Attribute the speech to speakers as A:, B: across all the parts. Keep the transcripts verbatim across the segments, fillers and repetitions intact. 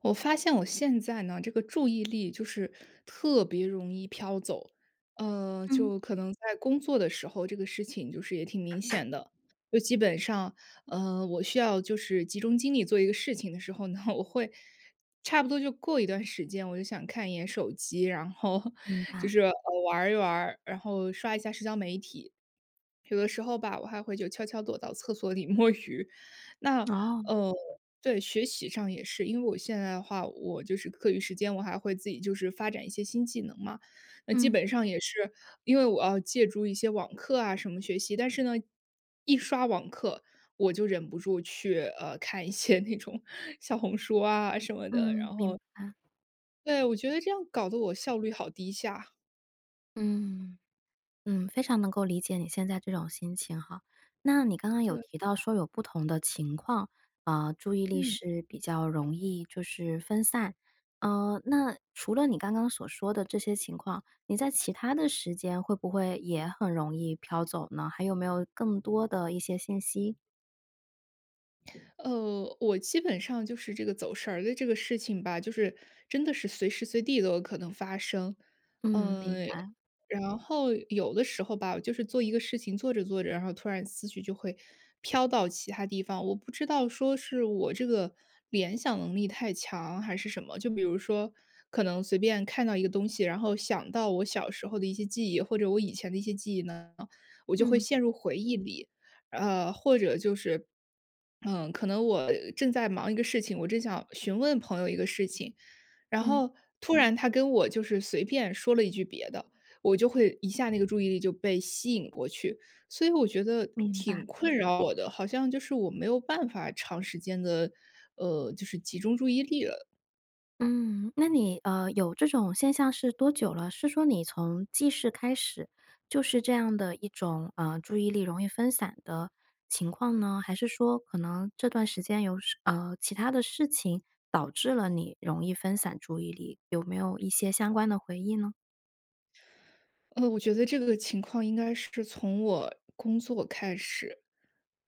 A: 我发现我现在呢，这个注意力就是特别容易飘走，呃，
B: 嗯，
A: 就可能在工作的时候，这个事情就是也挺明显的，就基本上，呃，我需要就是集中精力做一个事情的时候呢，我会差不多就过一段时间，我就想看一眼手机，然后
B: 明
A: 就
B: 白，
A: 是呃玩一玩儿然后刷一下社交媒体，有的时候吧，我还会就悄悄躲到厕所里摸鱼，那
B: 哦，
A: 呃。对，学习上也是，因为我现在的话，我就是课余时间，我还会自己就是发展一些新技能嘛。那基
B: 嗯，
A: 本上也是因为我要借助一些网课啊什么学习，但是呢，一刷网课我就忍不住去呃看一些那种 小红书啊什么的，
B: 嗯，
A: 然
B: 明
A: 后，
B: 白，
A: 对，我觉得这样搞得我效率好低下。
B: 嗯嗯，非常能够理解你现在这种心情哈。那你刚刚有
A: 对，
B: 提到说有不同的情况，呃，注意力
A: 嗯。
B: 是比较容易就是分散。呃，那除了你刚刚所说的这些情况，你在其他的时间会不会也很容易飘走呢？还有没有更多的一些信息？
A: 呃，我基本上就是这个走神儿的这个事情吧，就是真的是随时随地都有可能发生。
B: 嗯，明
A: 嗯，
B: 白，
A: 然后有的时候吧，我就是做一个事情做着做着，然后突然思绪就会飘到其他地方，我不知道说是我这个联想能力太强还是什么。就比如说，可能随便看到一个东西，然后想到我小时候的一些记忆，或者我以前的一些记忆呢，我就会
B: 嗯，
A: 陷入回忆里。呃，或者就是，嗯，可能我正在忙一个事情，我正想询问朋友一个事情，然
B: 嗯。
A: 后突然他跟我就是随便说了一句别的，我就会一下那个注意力就被吸引过去，所以我觉得
B: 明白。
A: 挺困扰我的，好像就是我没有办法长时间的，呃，就是集中注意力了。
B: 嗯，那你，呃，有这种现象是多久了？是说你从记事开始，就是这样的一种，呃，注意力容易分散的情况呢？还是说可能这段时间有事呃，其他的事情导致了你容易分散注意力，有没有一些相关的回忆呢？
A: 呃，我觉得这个情况应该是从我工作开始，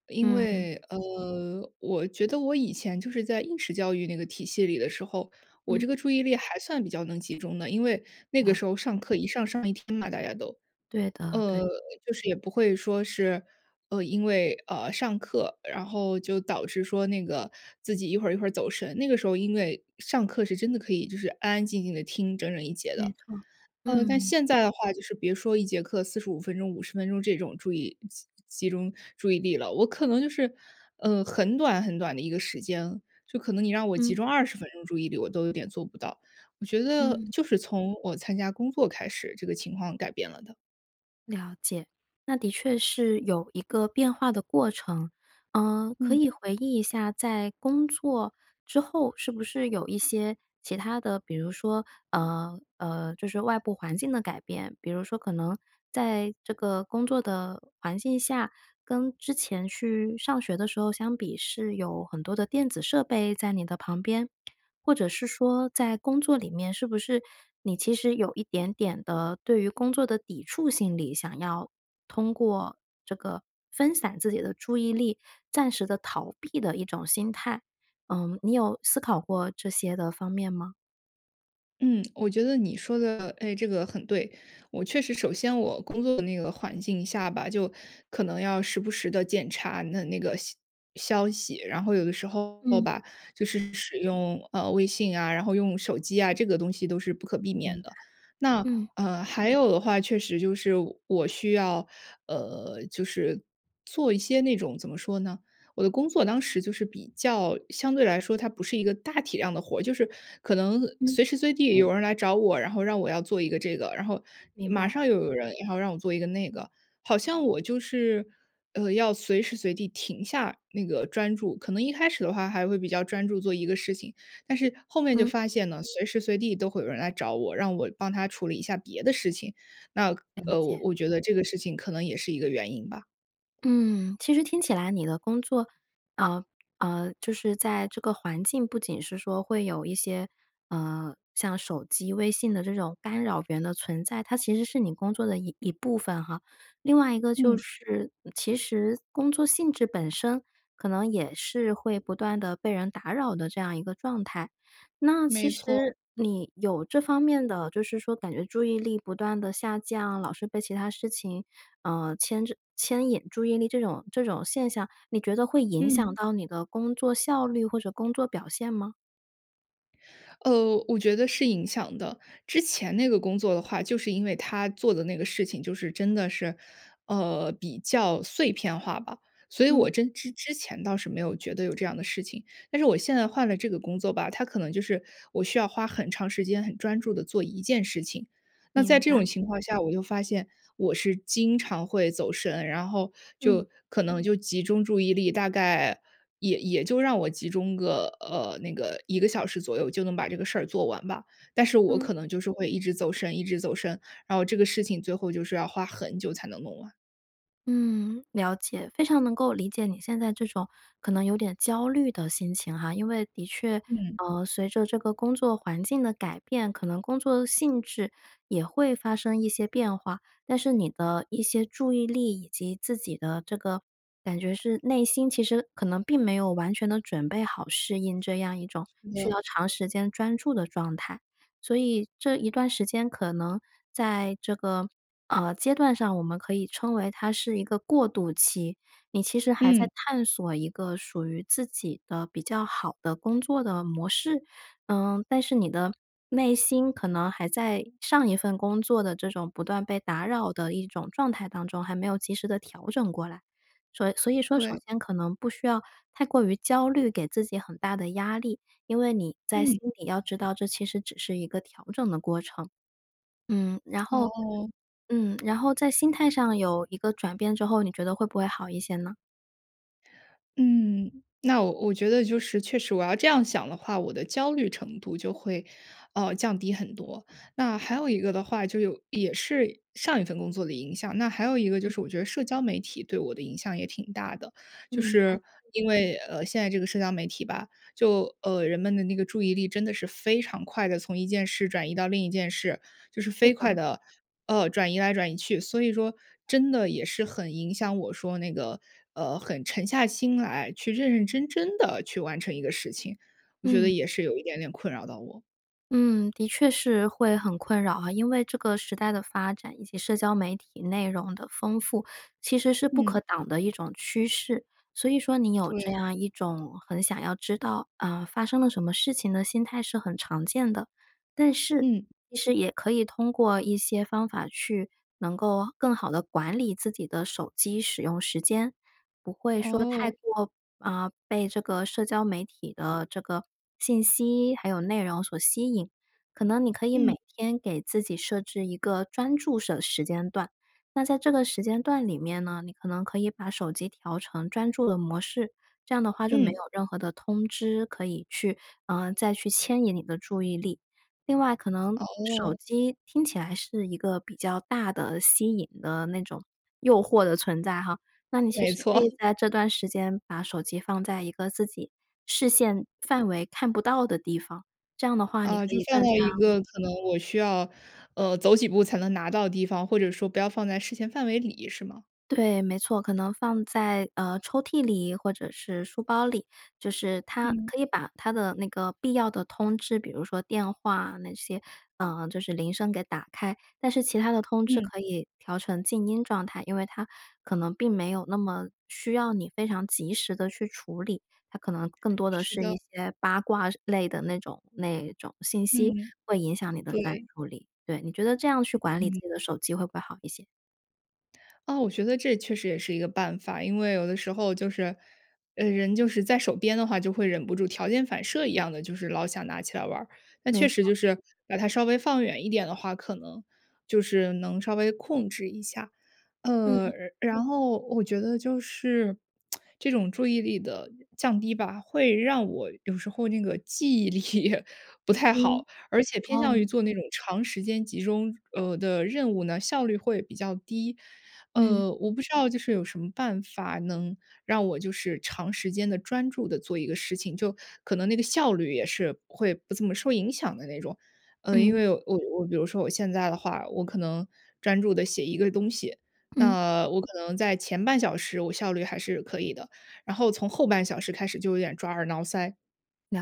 A: 因
B: 嗯
A: 为呃，我觉得我以前就是在应试教育那个体系里的时候，我这
B: 嗯，
A: 个注意力还算比较能集中的，因为那个
B: 了解，
A: 时候上课一上上一天嘛，大家都
B: 对的对
A: 呃，
B: 的，
A: 就是也不会说是呃，因为呃上课，然后就导致说那个自己一会儿一会儿走神。那个时候因为上课是真的可以就是安安静静的听整整一节
B: 没
A: 的，
B: 错，
A: 呃，但
B: 嗯，
A: 现在的话就是别说一节课四十五分钟、五十分钟这种注意集集中注意力了，我可能就是，呃，很短很短的一个时间，就可能你让我集
B: 嗯
A: 中二十分钟注意力，我都有点做不到。我觉得
B: 嗯。
A: 就是从我参加工作开始，这个情况改变了的，
B: 了解，那的确是有一个变化的过程。嗯，可
A: 嗯。
B: 以回忆一下，在工作之后是不是有一些其他的，比如说，呃呃，就是外部环境的改变，比如说可能在这个工作的环境下，跟之前去上学的时候相比，是有很多的电子设备在你的旁边，或者是说在工作里面，是不是你其实有一点点的对于工作的抵触心理，想要通过这个分散自己的注意力，暂时的逃避的一种心态？嗯，你有思考过这些的方面吗？
A: 嗯，我觉得你说的，哎，这个很对。我确实，首先我工作的那个环境下吧，就可能要时不时的检查那那个消消息，然后有的时候
B: 嗯，
A: 吧，就是使用呃微信啊，然后用手机啊，这个东西都是不可避
B: 明
A: 免
B: 白。
A: 的。那
B: 嗯，
A: 呃，还有的话，确实就是我需要呃，就是做一些那种怎么说呢？我的工作当时就是比较相对来说，它不是一个大体量的活儿就是可能
B: 嗯。
A: 随时随地有人来找我，然后让我要做一个这个，然后
B: 明
A: 马
B: 白，
A: 上又有人然后让我做一个那个，好像我就是呃要随时随地停下那个专注。可能一开始的话还会比较专注做一个事情，但是后面就
B: 嗯，
A: 发现呢，随时随地都会有人来找我，让我帮他处理一下别的事情。那
B: 了
A: 呃，我
B: 解。
A: 我觉得这个事情可能也是一个原因吧。
B: 嗯，其实听起来你的工作，呃呃，就是在这个环境，不仅是说会有一些，呃，像手机、微信的这种干扰源的存在，它其实是你工作的一一部分哈。另外一个就
A: 嗯，
B: 是，其实工作性质本身可能也是会不断的被人打扰的这样一个状态。那其
A: 没错，
B: 实你有这方面的，就是说感觉注意力不断的下降，老是被其他事情，呃，牵着牵引注意力这种这种现象，你觉得会影
A: 嗯。
B: 响到你的工作效率或者工作表现吗？
A: 呃，我觉得是影响的。之前那个工作的话，就是因为他做的那个事情，就是真的是，呃，比较碎片化吧，所以
B: 嗯，
A: 我真之之前倒是没有觉得有这样的事情。但是我现在换了这个工作吧，他可能就是我需要花很长时间、很专注的做一件事情。那在
B: 明
A: 这
B: 白，
A: 种情况下，我就发现我是经常会走神，然后
B: 嗯，
A: 就可能就集中注意力，大概也也就让我集中个，呃，那个一个小时左右就能把这个事儿做完吧。但是我
B: 嗯。
A: 可能就是会一直走神一直走神，然后这个事情最后就是要花很久才能弄完。
B: 嗯，了解，非常能够理解你现在这种可能有点焦虑的心情哈，因为的确，
A: 嗯，
B: 呃，随着这个工作环境的改变，可能工作性质也会发生一些变化，但是你的一些注意力以及自己的这个感觉是内心其实可能并没有完全的准备好适应这样一种
A: 是
B: 需
A: 的，
B: 要长时间专注的状态，所以这一段时间可能在这个。呃，阶段上我们可以称为它是一个过渡期，你其实还在
A: 嗯，
B: 探索一个属于自己的比较好的工作的模式。嗯，但是你的内心可能还在上一份工作的这种不断被打扰的一种状态当中，还没有及时的调整过来。所以所以说首
A: 对，
B: 先可能不需要太过于焦虑，给自己很大的压力，因为你在心
A: 嗯，
B: 里要知道这其实只是一个调整的过程。嗯，然后
A: 哦。
B: 嗯，然后在心态上有一个转变之后，你觉得会不会好一些呢？
A: 嗯，那我我觉得就是确实我要这样想的话，我的焦虑程度就会，呃，降低很多。那还有一个的话，就有也是上一份工作的影响，那还有一个就是我觉得社交媒体对我的影响也挺大的。就
B: 明白，
A: 是因为，呃，现在这个社交媒体吧，就，呃，人们的那个注意力真的是非常快的，从一件事转移到另一件事，就是
B: 是
A: 飞
B: 的，
A: 快的，呃，转移来转移去。所以说真的也是很影响我说那个，呃，很沉下心来去认认真真的去完成一个事情，我觉得
B: 嗯。
A: 也是有一点点困扰到我。
B: 嗯，的确是会很困扰啊，因为这个时代的发展以及社交媒体内容的丰富，其实是不可
A: 嗯，
B: 挡的一种趋势。所以说你有
A: 对，
B: 这样一种很想要知道，啊，发生了什么事情的心态是很常见的。但是
A: 嗯，
B: 其实也可以通过一些方法去能够更好的管理自己的手机使用时间，不会说太
A: 哦，
B: 过啊，呃被这个社交媒体的这个信息还有内容所吸引，可能你可以每
A: 嗯，
B: 天给自己设置一个专注的时间段。那在这个时间段里面呢，你可能可以把手机调成专注的模式，这样的话就没
A: 嗯，
B: 有任何的通知可以去，嗯，呃再去牵引你的注意力。另外，可能
A: 哦，
B: 手机听起来是一个比较大的吸引的那种诱惑的存在哈，那你其实
A: 没
B: 可
A: 错。
B: 以在这段时间把手机放在一个自己视线范围看不到的地方，这样的话你
A: 啊，
B: 可
A: 就
B: 以
A: 放
B: 更
A: 到
B: 加。
A: 一个可能我需要，呃，走几步才能拿到的地方，或者说不要放在视线范围里，是吗？
B: 对，没错，可能放在，呃，抽屉里或者是书包里，就是它
A: 嗯，
B: 可以把它的那个必要的通知，比如说电话那些，嗯，就是铃声给打开，但是其他的通知
A: 嗯，
B: 可以调成静音状态，因为它可能并没有那么需要你非常及时的去处理，它可能更多的
A: 是
B: 是
A: 的，
B: 一些八卦类的那种那种信息，
A: 嗯，
B: 会影响你的
A: 对，
B: 专注力。对，你觉得这样去管理自
A: 嗯。
B: 己的手机会不会好一些？
A: 啊，我觉得这确实也是一个办法，因为有的时候就是，呃，人就是在手边的话，就会忍不住条件反射一样的，就是老想拿起来玩儿。但
B: 没
A: 确实
B: 错，
A: 就是把它稍微放远一点的话，可能就是能稍微控制一下。呃，
B: 嗯
A: 然后我觉得就是这种注意力的降低吧，会让我有时候那个记忆力 不太
B: 嗯。
A: 好，而且偏向于
B: 哦，
A: 做那种长时间集中，呃，的任务呢，效率会比较低。
B: 嗯，
A: 呃，我不知道就是有什么办法能让我就是长时间的专注的做一个事情，就可能那个效率也是会不怎么受影响的那种。呃，因
B: 嗯，
A: 为我我比如说我现在的话，我可能专注的写一个东西，
B: 嗯，
A: 那我可能在前半小时我效率还是可以的，然后从后半小时开始就有点抓耳挠腮。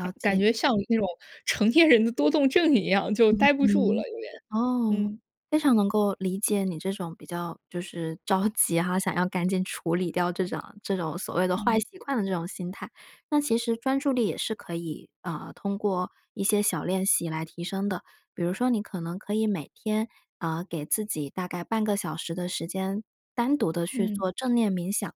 A: 啊，感
B: 解。
A: 觉像那种成年人的多动症一样，就待不住了，
B: 嗯，
A: 有点。
B: 哦，
A: 嗯，
B: 非常能够理解你这种比较就是着急哈，想要赶紧处理掉这种这种所谓的坏
A: 嗯，
B: 习惯的这种心态。那其实专注力也是可以，呃，通过一些小练习来提升的。比如说你可能可以每天，呃，给自己大概半个小时的时间，单独的去
A: 嗯，
B: 做正念冥想。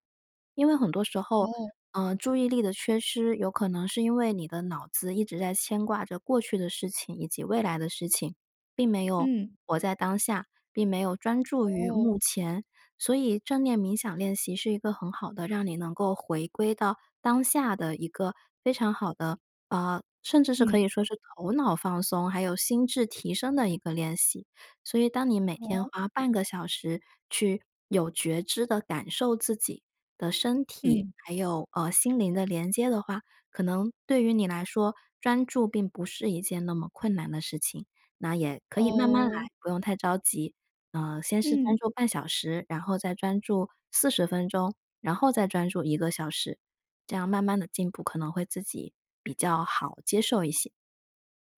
B: 因为很多时候，
A: 哦，
B: 呃，注意力的缺失有可能是因为你的脑子一直在牵挂着过去的事情以及未来的事情。并没有
A: 嗯，
B: 活在当下，并没有专注于
A: 哦，
B: 目前。所以正念冥想练习是一个很好的让你能够回归到当下的一个非常好的，呃，甚至是可以
A: 嗯，
B: 说是头脑放松，还有心智提升的一个练习。所以当你每天
A: 哦，
B: 花半个小时去有觉知的感受自己的身体，
A: 嗯，
B: 还有，呃，心灵的连接的话，可能对于你来说，专注并不是一件那么困难的事情。那也可以慢慢来，
A: 哦，
B: 不用太着急。呃，先是专
A: 嗯。
B: 注半小时，然后再专注四十分钟，然后再专注一个小时，这样慢慢的进步可能会自己比较好接受一些。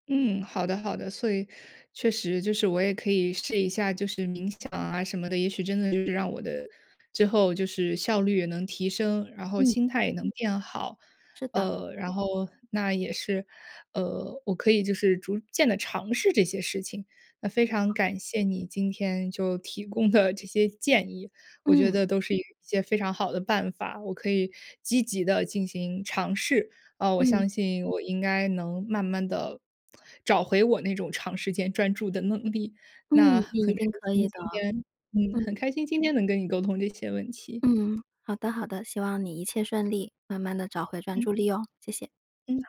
A: 嗯，好的好的，所以确实就是我也可以试一下，就是冥想啊什么的，也许真的就是让我的之后就是效率也能提升，然后
B: 嗯，
A: 心态也能变好，
B: 是的，
A: 呃，然后那也是，呃，我可以就是逐渐的尝试这些事情。那非常感谢你今天就提供的这些建议，我觉
B: 嗯，
A: 得都是一些非常好的办法，我可以积极的进行尝试。呃，我
B: 嗯，
A: 相信我应该能慢慢的找回我那种长时间专注的能力。那
B: 嗯，你一
A: 很开
B: 定可
A: 心
B: 以的，
A: 今天嗯，很
B: 嗯，
A: 开心今天能跟你沟通这些问题，
B: 嗯，好的好的，希望你一切顺利，慢慢的找回专注
A: 嗯，
B: 力哦，谢谢。
A: 嗯。